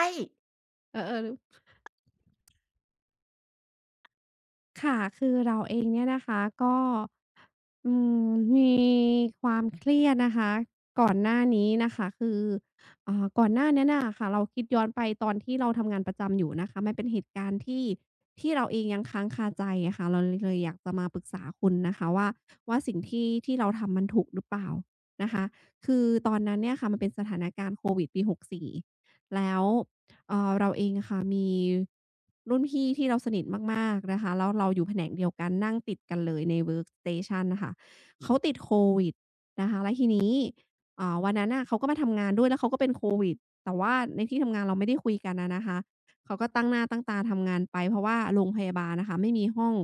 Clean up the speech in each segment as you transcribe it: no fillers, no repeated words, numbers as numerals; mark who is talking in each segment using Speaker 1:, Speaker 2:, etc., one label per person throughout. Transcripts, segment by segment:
Speaker 1: ใช่
Speaker 2: เออเออค่ะคือเราเองเนี่ยนะคะก็อืมมีความเครียดนะคะก่อนหน้านี้นะคะคือก่อนหน้านั้นน่ะค่ะเราคิดย้อนไปตอนที่เราทำงานประจำอยู่นะคะมันเป็นเหตุการณ์ที่เราเองยังค้างคาใจอะค่ะเราเลยอยากจะมาปรึกษาคุณนะคะว่าสิ่งที่เราทำมันถูกหรือเปล่านะคะคือตอนนั้นเนี่ยค่ะมันเป็นสถานการณ์โควิดปีหกสี4แล้ว เราเองอะค่ะมีรุ่นพี่ที่เราสนิทมากๆนะคะแล้วเราอยู่แผนกเดียวกันนั่งติดกันเลยใน Workstation น่ะค่ะเขาติดโควิดนะคะแล้วทีนี้วันนั้นน่ะเขาก็มาทำงานด้วยแล้วเขาก็เป็นโควิดแต่ว่าในที่ทำงานเราไม่ได้คุยกันอะนะคะเขาก็ตั้งหน้าตั้งตาทำงานไปเพราะว่าโรงพยาบาลน่ะค่ะไม่มีห้อง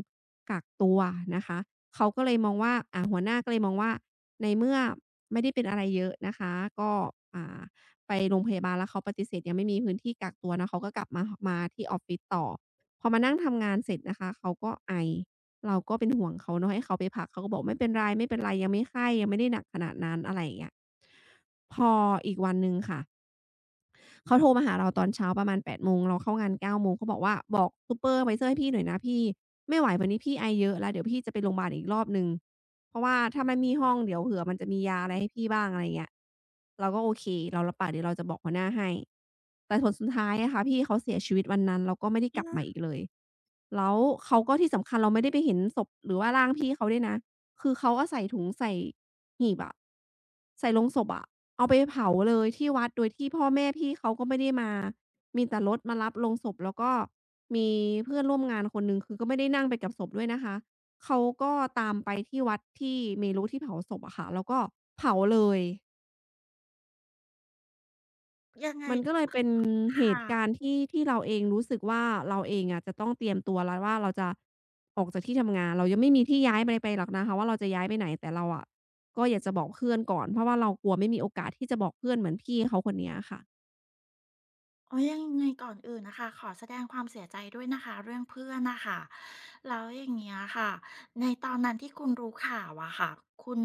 Speaker 2: กักตัวนะคะเขาก็เลยมองว่าหัวหน้าก็เลยมองว่าในเมื่อไม่ได้เป็นอะไรเยอะนะคะก็อ่า ไปโรงพยาบาลแล้วเขาปฏิเสธยังไม่มีพื้นที่กักตัวนะเขาก็กลับมาหมาที่ออฟฟิศต่อพอมานั่งทำงานเสร็จนะคะเขาก็ไอเราก็เป็นห่วงเขาเนาะให้เขาไปพักเขาก็บอกไม่เป็นไรๆยังไม่ไข้ยังไม่ได้หนักขนาดนั้นอะไรอย่างเงี้ยพออีกวันหนึ่งค่ะ เขาโทรมาหาเราตอนเช้าประมาณ8โมงเราเข้างาน9โมงเขาบอกว่าบอกซูเปอร์ไวเซอร์ให้พี่หน่อยนะพี่ไม่ไหววันนี้พี่ไอเยอะแล้วเดี๋ยวพี่จะไปโรงพยาบาลอีกรอบหนึ่งเพราะว่าถ้ามันมีห้องเดี๋ยวเผื่อมันจะมียาอะไรให้พี่บ้างอะไรอย่างเงี้ยเราก็โอเคเรารับปากเดี๋ยวเราจะบอกหัวหน้าให้แต่ผลสุดท้ายอะค่ะพี่เขาเสียชีวิตวันนั้นแล้วก็ไม่ได้กลับ
Speaker 1: นะ
Speaker 2: มาอีกเลยแล้วเขาก็ที่สำคัญเราไม่ได้ไปเห็นศพหรือว่าร่างพี่เขาด้วยนะ คือเขาอะใส่ถุงใส่หีบอะใส่โลงศพอะเอาไปเผาเลยที่วัดโดยที่พ่อแม่พี่เขาก็ไม่ได้มามีแต่รถมารับโลงศพแล้วก็มีเพื่อนร่วมงานคนหนึ่งคือก็ไม่ได้นั่งไปกับศพด้วยนะคะเขาก็ตามไปที่วัดที่เมรุที่เผาศพอะค่ะแล้วก็เผาเลย
Speaker 1: ยังไง
Speaker 2: มันก็เลยเป็นเห
Speaker 1: ค่ะ
Speaker 2: ตุการณ์ที่เราเองรู้สึกว่าเราเองอะจะต้องเตรียมตัวแล้วว่าเราจะออกจากที่ทำงานเรายังไม่มีที่ย้ายไปหรอกนะคะว่าเราจะย้ายไปไหนแต่เราอะก็อยากจะบอกเพื่อนก่อนเพราะว่าเรากลัวไม่มีโอกาสที่จะบอกเพื่อนเหมือนพี่เขาคนเนี้ยค่ะ
Speaker 1: อ๋อยังไงก่อนอื่นน่ะค่ะขอแสดงความเสียใจด้วยนะคะ เรื่องเพื่อนน่ะค่ะแล้วอย่างเงี้ยค่ะ ในตอนนั้นที่คุณรู้ข่าวอะค่ะ คุณ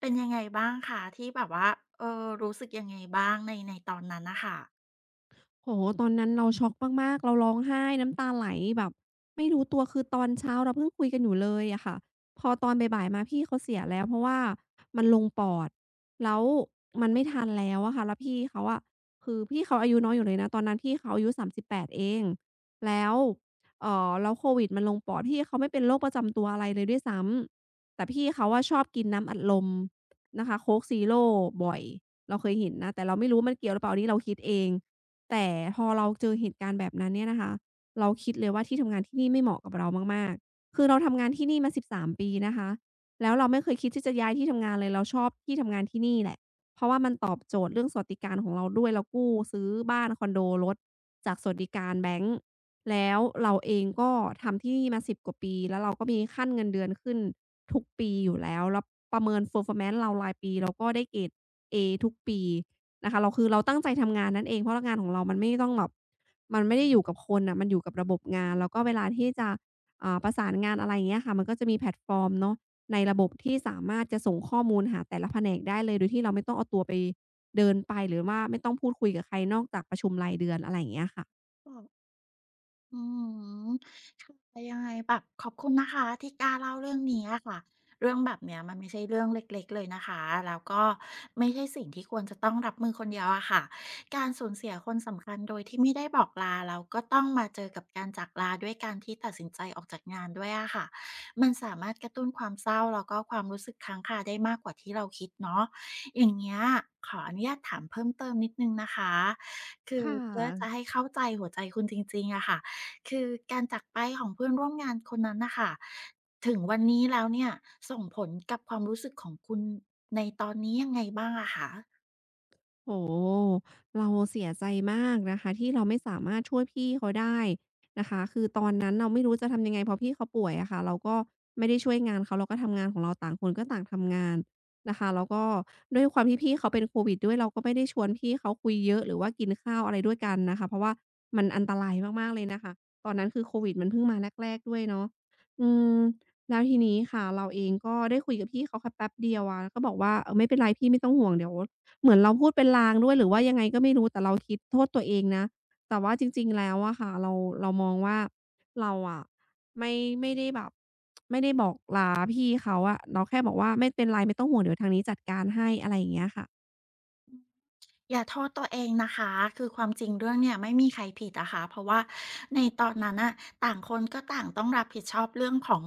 Speaker 1: เป็นยังไงบ้างคะที่แบบว่าเออรู้สึกยังไงบ้าง ในในตอนนั้นน่ะค่ะ
Speaker 2: โอ้โฮตอนนั้นเราช็อกมากๆเราร้องไห้น้ำตาไหลแบบไม่รู้ตัวคือตอนเช้าเราเพิ่งคุยกันอยู่เลยอะค่ะพอตอนบ่ายๆมาพี่เขาเสียแล้วเพราะว่ามันลงปอดแล้วมันไม่ทันแล้วอะค่ะแล้วพี่เขาอะคือพี่เขาอายุน้อยอยู่เลยนะตอนนั้นพี่เขาอายุ38เองแล้วแล้วโควิดมันลงปอดพี่เขาไม่เป็นโรคประจำตัวอะไรเลยด้วยซ้ำแต่พี่เขาอะชอบกินน้ำอัดลมนะคะโค้กซีโร่บ่อยเราเคยเห็นนะแต่เราไม่รู้ว่ามันเกี่ยวหรือเปล่าอันนี้เราคิดเอง แต่พอเราเจอเหตุการณ์แบบนั้นเนี่ยนะคะเราคิดเลยว่าที่ทำงานที่นี่ไม่เหมาะกับเรามากๆคือเราทำงานที่นี่มา13ปีนะคะแล้วเราไม่เคยคิดที่จะย้ายที่ทำงานเลยเราชอบที่ทำงานที่นี่แหละเพราะว่ามันตอบโจทย์เรื่องสวัสดิการของเราด้วยเรากู้ซื้อบ้านคอนโดรถจากสวัสดิการแบงก์แล้วเราเองก็ทำที่นี่มา10กว่าปีแล้วเราก็มีขั้นเงินเดือนขึ้นทุกปีอยู่แล้วแล้วประเมิน performance เรารายปีเราก็ได้เกรดเอทุกปี นะคะเราคือเราตั้งใจทำงานนั่นเองเพราะงานของเรามันไม่ต้องแบบมันไม่ได้อยู่กับคนน่ะมันอยู่กับระบบงานแล้วก็เวลาที่จะประสานงานอะไรอย่างเงี้ยค่ะมันก็จะมีแพลตฟอร์มเนาะในระบบที่สามารถจะส่งข้อมูลหาแต่ละแผนกได้เลยโดยที่เราไม่ต้องเอาตัวไปเดินไปหรือว่าไม่ต้องพูดคุยกับใครนอกจากประชุมรายเดือนอะไรอย่างเงี้ยค่ะ
Speaker 1: อืม อืมค่ะยังไงแบบขอบคุณนะคะที่กล้าเล่าเรื่องนี้อะค่ะเรื่องแบบเนี้ยมันไม่ใช่เรื่องเล็กๆเลยนะคะแล้วก็ไม่ใช่สิ่งที่ควรจะต้องรับมือคนเดียวอะค่ะการสูญเสียคนสำคัญโดยที่ไม่ได้บอกลาแล้วก็ต้องมาเจอกับการจากลาด้วยการที่ตัดสินใจออกจากงานด้วยอะค่ะมันสามารถกระตุ้นความเศร้าแล้วก็ความรู้สึกค้างคาได้มากกว่าที่เราคิดเนาะอย่างเงี้ยขออนุญาตถามเพิ่มเติมนิดนึงนะคะคือ
Speaker 2: ค่
Speaker 1: เพื่อจะ
Speaker 2: ะ
Speaker 1: ให้เข้าใจหัวใจคุณจริงๆอะค่ะ คือการจากไปของเพื่อนร่วมงานคนนั้นน่ะค่ะถึงวันนี้แล้วเนี่ยส่งผลกับความรู้สึกของคุณในตอนนี้ยังไงบ้างอะคะ
Speaker 2: โอ้โฮเราเสียใจมากนะคะที่เราไม่สามารถช่วยพี่เขาได้นะคะคือตอนนั้นเราไม่รู้จะทำยังไงเพราะพี่เขาป่วยอะค่ะเราก็ไม่ได้ช่วยงานเขาเราก็ทำงานของเราต่างคนก็ต่างทำงานนะคะแล้วก็ด้วยความที่พี่เขาเป็นโควิดด้วยเราก็ไม่ได้ชวนพี่เขาคุยเยอะหรือว่ากินข้าวอะไรด้วยกันนะคะเพราะว่ามันอันตรายมากๆเลยนะคะตอนนั้นคือโควิดมันเพิ่งมาแรกๆด้วยเนาะอืมแล้วทีนี้ค่ะเราเองก็ได้คุยกับพี่เขาแค่แป๊บเดียวอะก็บอกว่าเออไม่เป็นไรพี่ไม่ต้องห่วงเดี๋ยว เหมือนเราพูดเป็นลางด้วยหรือว่ายังไงก็ไม่รู้แต่เราคิดโทษตัวเองนะแต่ว่าจริงๆแล้วอะค่ะเราเรามองว่าเราอะไม่ไม่ได้แบบไม่ได้บอกลาพี่เขาอะเราแค่บอกว่าไม่เป็นไรไม่ต้องห่วงเดี๋ยวทางนี้จัดการให้อะไรอย่างเงี้ยค่ะ
Speaker 1: อย่าโทษตัวเองนะคะคือความจริงเรื่องเนี่ยไม่มีใครผิดนะคะเพราะว่าในตอนนั้นอะต่างคนก็ต่างต้องรับผิดชอบเรื่องของ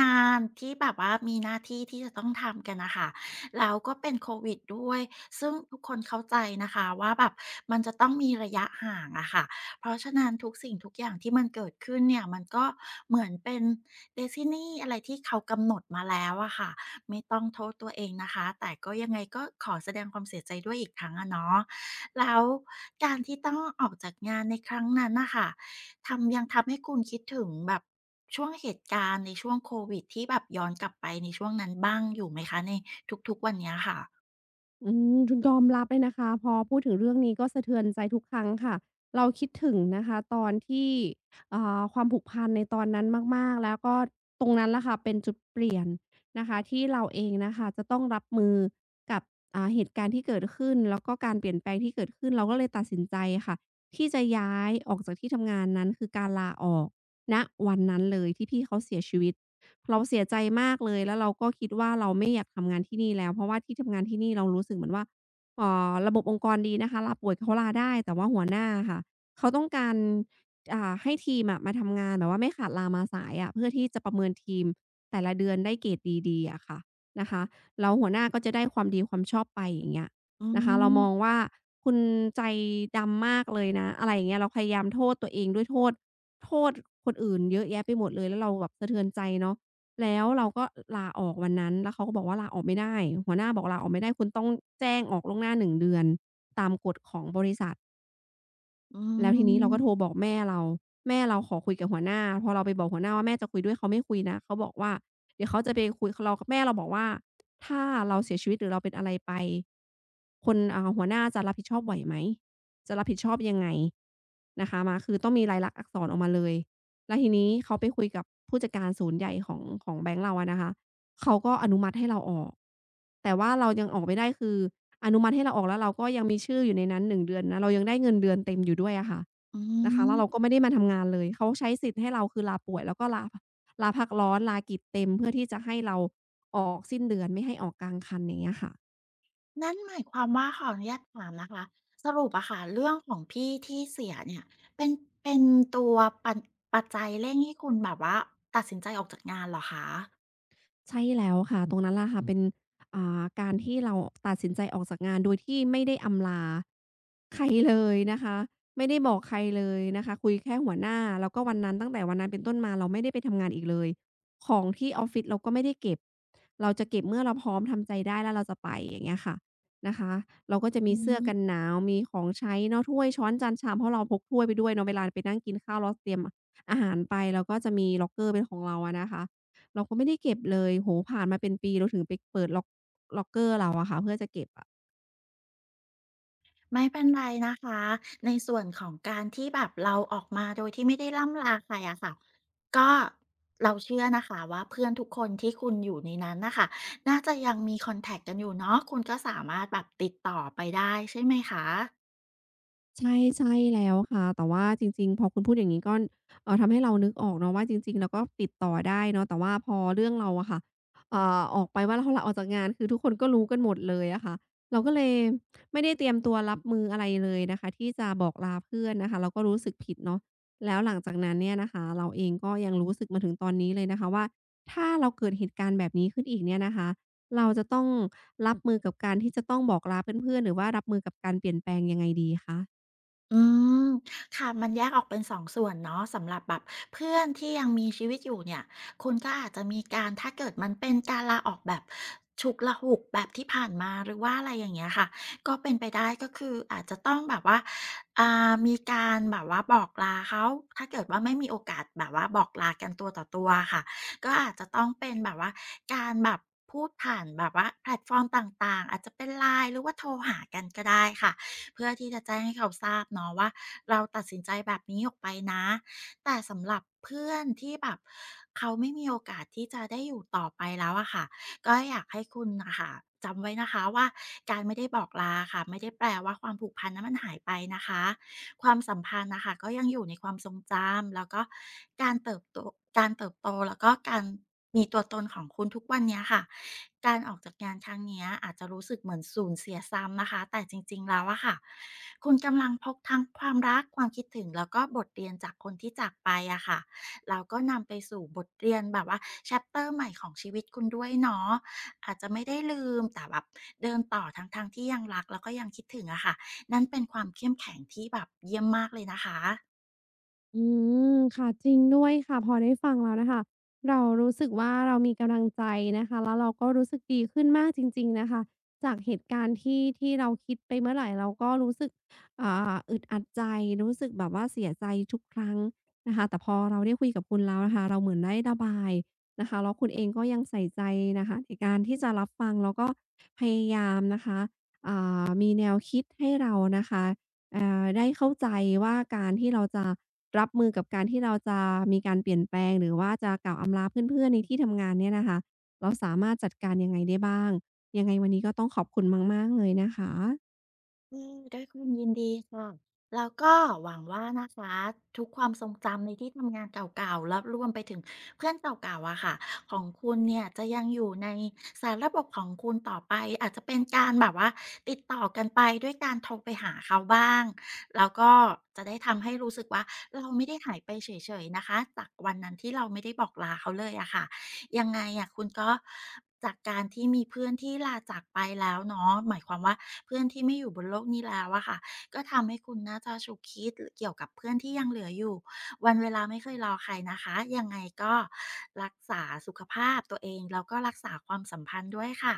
Speaker 1: งานที่แบบว่ามีหน้าที่ที่จะต้องทำกันนะคะแล้วก็เป็นโควิดด้วยซึ่งทุกคนเข้าใจนะคะว่าแบบมันจะต้องมีระยะห่างอะค่ะเพราะฉะนั้นทุกสิ่งทุกอย่างที่มันเกิดขึ้นเนี่ยมันก็เหมือนเป็นเด e s t น n ่อะไรที่เขากำหนดมาแล้วอะค่ะไม่ต้องโทษตัวเองนะคะแต่ก็ยังไงก็ขอแสดงความเสียใจด้วยอีกครั้งอะเนาะ แล้วการที่ต้องออกจากงานในครั้งนั้นน่ะค่ะทำยังทำให้คุณคิดถึงแบบช่วงเหตุการณ์ในช่วงโควิดที่แบบย้อนกลับไปในช่วงนั้นบ้างอยู่ไหมคะในทุกๆวันเนี้ยค่ะ
Speaker 2: อืมยอมรับเลยนะคะพอพูดถึงเรื่องนี้ก็สะเทือนใจทุกครั้งค่ะเราคิดถึงนะคะตอนที่เอ่าความผูกพันในตอนนั้นมากๆแล้วก็ตรงนั้นแหละค่ะเป็นจุดเปลี่ยนนะคะที่เราเองนะคะจะต้องรับมือกับเหตุการณ์ที่เกิดขึ้นแล้วก็การเปลี่ยนแปลงที่เกิดขึ้นเราก็เลยตัดสินใจค่ะที่จะย้ายออกจากที่ทำงานนั้นคือการลาออกณวันนั้นเลยที่พี่เขาเสียชีวิต เราเสียใจมากเลยแล้วเราก็คิดว่าเราไม่อยากทำงานที่นี่แล้วเพราะว่าที่ทำงานที่นี่เรารู้สึกเหมือนว่าระบบองค์กรดีนะคะลาป่วยเขาลาได้แต่ว่าหัวหน้าอะค่ะเขาต้องการให้ทีมอะมาทำงานแบบว่าไม่ขาดลามาสายอะเพื่อที่จะประเมินทีมแต่ละเดือนได้เกรดดีๆอะค่ะนะคะแล้วหัวหน้าก็จะได้ความดีความชอบไปอย่างเงี้ย
Speaker 1: อื
Speaker 2: นะคะเรามอง
Speaker 1: ม
Speaker 2: ว่าคุณใจดำมากเลยนะอะไรอย่างเงี้ยเราพยายามโทษตัวเองด้วยโทษโทษคนอื่นเยอะแยะไปหมดเลยแล้วเราแบบสะเทือนใจเนาะ แล้วเราก็ลาออกวันนั้นแล้วเขาก็บอกว่าลาออกไม่ได้หัวหน้าบอกลาออกไม่ได้คุณต้องแจ้งออกล่วงหน้าหนึ่งเดือนตามกฎของบริษัท
Speaker 1: อื
Speaker 2: แล้วทีนี้เราก็โทร
Speaker 1: ม
Speaker 2: บอกแม่เราแม่เราขอคุยกับหัวหน้าพอเราไปบอกหัวหน้าว่าแม่จะคุยด้วยเขาไม่คุยนะเขาบอกว่าเดี๋ยวเขาจะไปคุยเราแม่เราบอกว่าถ้าเราเสียชีวิตหรือเราเป็นอะไรไปคนหัวหน้าจะรับผิดชอบไหวไหมจะรับผิดชอบยังไงนะคะมาคือต้องมีลายลักษณ์อักษรออกมาเลยแล้วทีนี้เขาไปคุยกับผู้จัดการศูนย์ใหญ่ของแบงก์เราอะนะคะ เขาก็อนุมัติให้เราออก แต่ว่าเรายังออกไม่ได้คืออนุมัติให้เราออกแล้วเราก็ยังมีชื่ออยู่ในนั้นหน1เดือนนะเรายังได้เงินเดือนเต็มอยู่ด้วยอะค่ะ
Speaker 1: อื
Speaker 2: นะคะแล้วเราก็
Speaker 1: ม
Speaker 2: ไม่ได้มาทำงานเลยเขาใช้สิทธิ์ให้เราคือลาป่วยแล้วก็ลาพลาพักร้อนลากิจเต็มเพื่อที่จะให้เราออกสิ้นเดือนไม่ให้ออกกลางคันอย่างเงี้ยค่ะ
Speaker 1: นั่นหมายความว่าขออนุญาตถามนะคะสรุปอะค่ะเรื่องของพี่ที่เสียเนี่ยเป็นเป็นตัวปันปัจจัยเร่งให้คุณแบบว่าตัดสินใจออกจากงานเหรอคะ
Speaker 2: ใช่แล้วค่ะตรงนั้นล่ะค่ะเป็นการที่เราตัดสินใจออกจากงานโดยที่ไม่ได้อำลาใครเลยนะคะไม่ได้บอกใครเลยนะคะคุยแค่หัวหน้าแล้วก็วันนั้นตั้งแต่วันนั้นเป็นต้นมาเราไม่ได้ไปทำงานอีกเลยของที่ออฟฟิศเราก็ไม่ได้เก็บเราจะเก็บเมื่อเราพร้อมทำใจได้แล้วเราจะไปอย่างเงี้ยค่ะนะคะเราก็จะมี
Speaker 1: อื
Speaker 2: เสื้อกัน
Speaker 1: ม
Speaker 2: หนาวมีของใช้เนาะถ้วยช้อนจานชามเพราะเราพกถ้วยไปด้วยเนาะเวลาไปนั่งกินข้าวเราเตรียมอาหารไปเราก็จะมีล็อกเกอร์เป็นของเราอะนะคะ เราก็ไม่ได้เก็บเลยโอ้โฮผ่านมาเป็นปีเราถึงไปเปิดล็อกเกอร์เราอะค่ะเพื่อจะเก็บ
Speaker 1: ไม่เป็นไรนะคะในส่วนของการที่แบบเราออกมาโดยที่ไม่ได้ร่ำลาใครอะค่ะก็เราเชื่อนะคะว่าเพื่อนทุกคนที่คุณอยู่ในนั้นนะคะน่าจะยังมีคอนแทคกกันอยู่เนาะคุณก็สามารถแบบติดต่อไปได้ใช่ไหมคะ
Speaker 2: ใช่ใช่แล้วค่ะแต่ว่าจริงๆพอคุณพูดอย่างงี้ก็ทำให้เรานึกออกเนาะว่าจริงๆเราก็ติดต่อได้เนาะแต่ว่าพอเรื่องเราอะค่ะออกไปว่าเราลาออกจากงานคือทุกคนก็รู้กันหมดเลยอะค่ะเราก็เลยไม่ได้เตรียมตัวรับมืออะไรเลยนะคะที่จะบอกลาเพื่อนนะคะเราก็รู้สึกผิดเนาะแล้วหลังจากนั้นเนี่ยนะคะเราเองก็ยังรู้สึกมาถึงตอนนี้เลยนะคะว่าถ้าเราเกิดเหตุการณ์แบบนี้ขึ้นอีกเนี่ยนะคะเราจะต้องรับมือกับการที่จะต้องบอกลาเพื่อนๆหรือว่ารับมือกับการเปลี่ยนแปลงยังไงดีคะ
Speaker 1: อืมค่ะมันแยกออกเป็น2ส่วนเนาะสำหรับแบบเพื่อนที่ยังมีชีวิตอยู่เนี่ยคุณก็อาจจะมีการถ้าเกิดมันเป็นการลาออกแบบฉุกละหุกแบบที่ผ่านมาหรือว่าอะไรอย่างเงี้ยค่ะก็เป็นไปได้ก็คืออาจจะต้องแบบว่ามีการแบบว่าบอกลาเขาถ้าเกิดว่าไม่มีโอกาสแบบว่าบอกลากันตัวต่อตัวค่ะก็อาจจะต้องเป็นแบบว่าการแบบพูดผ่านแบบว่าแพลตฟอร์มต่างๆอาจจะเป็นไ i n ์หรือว่าโทรหากันก็ได้ค่ะ เพื่อที่จะแจ้งให้เขาทราบเนาะว่าเราตัดสินใจแบบนี้ออกไปนะแต่สำหรับเพื่อนที่แบบเขาไม่มีโอกาสที่จะได้อยู่ต่อไปแล้วอะค่ะก็อยากให้คุณน่ะค่ะจำไว้นะคะว่าการไม่ได้บอกลาค่ะไม่ได้แปลว่าความผูกพันนั้นมันหายไปนะคะความสัมพันธ์น่ะค่ะก็ยังอยู่ในความทรงจำแล้วก็การเติบโตการเติบโตแล้วก็การมีตัวตนของคุณทุกวันเนี้ยค่ะ การออกจากงานครั้งเนี้ยอาจจะรู้สึกเหมือนสูญเสียซ้ำนะคะแต่จริงๆแล้วอะค่ะคุณกำลังพกทั้งความรักความคิดถึงแล้วก็บทเรียนจากคนที่จากไปอะค่ะแล้วก็นำไปสู่บทเรียนแบบว่าแชปเตอร์ใหม่ของชีวิตคุณด้วยเนาะอาจจะไม่ได้ลืมแต่แบบเดินต่อทั้งๆทที่ยังรักแล้วก็ยังคิดถึงอะค่ะนั่นเป็นความเข้มแข็งที่แบบเยี่ยมมากเลยนะคะ
Speaker 2: อืมค่ะจริงด้วยค่ะพอได้ฟังแล้วนะคะเรารู้สึกว่าเรามีกำลังใจนะคะแล้วเราก็รู้สึกดีขึ้นมากจริงๆนะคะจากเหตุการณ์ที่ที่เราคิดไปเมื่อไรเราก็รู้สึกอึดอัดใจรู้สึกแบบว่าเสียใจทุกครั้งนะคะแต่พอเราได้คุยกับคุณแล้วนะคะเราเหมือนได้ระบายนะคะแล้วคุณเองก็ยังใส่ใจนะคะในการที่จะรับฟังแล้วก็พยายามนะคะอ่มีแนวคิดให้เรานะคะได้เข้าใจว่าการที่เราจะ รับมือกับการที่เราจะมีการเปลี่ยนแปลงหรือว่าจะกล่าวอำลาเพื่อนๆในที่ทำงานเนี่ยนะคะเราสามารถจัดการยังไงได้บ้างยังไงวันนี้ก็ต้องขอบคุณมากๆเลยนะคะ
Speaker 1: อืมด้วยความยินดีค่ะแล้วก็หวังว่านะคะทุกความทรงจำในที่ทำงานเก่าๆแล้วรวมไปถึงเพื่อนเก่าๆอะค่ะของคุณเนี่ยจะยังอยู่ในสารระบบของคุณต่อไปอาจจะเป็นการแบบว่าติดต่อกันไปด้วยการโทรไปหาเขาบ้างแล้วก็จะได้ทำให้รู้สึกว่าเราไม่ได้หายไปเฉยๆนะคะจากวันนั้นที่เราไม่ได้บอกลาเขาเลยอะค่ะ ยังไงอะคุณก็จากการที่มีเพื่อนที่ลาจากไปแล้วเนาะหมายความว่าเพื่อนที่ไม่อยู่บนโลกนี้แล้วอะค่ะก็ทำให้คุณน่าจะฉุกคิดเกี่ยวกับเพื่อนที่ยังเหลืออยู่วันเวลาไม่เคยรอใครนะคะยังไงก็รักษาสุขภาพตัวเองแล้วก็รักษาความสัมพันธ์ด้วยค่ะ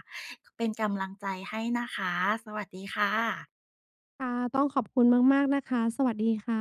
Speaker 1: เป็นกำลังใจให้นะคะสวัสดีค่ะ
Speaker 2: ค่ะต้องขอบคุณมากๆนะคะสวัสดีค่ะ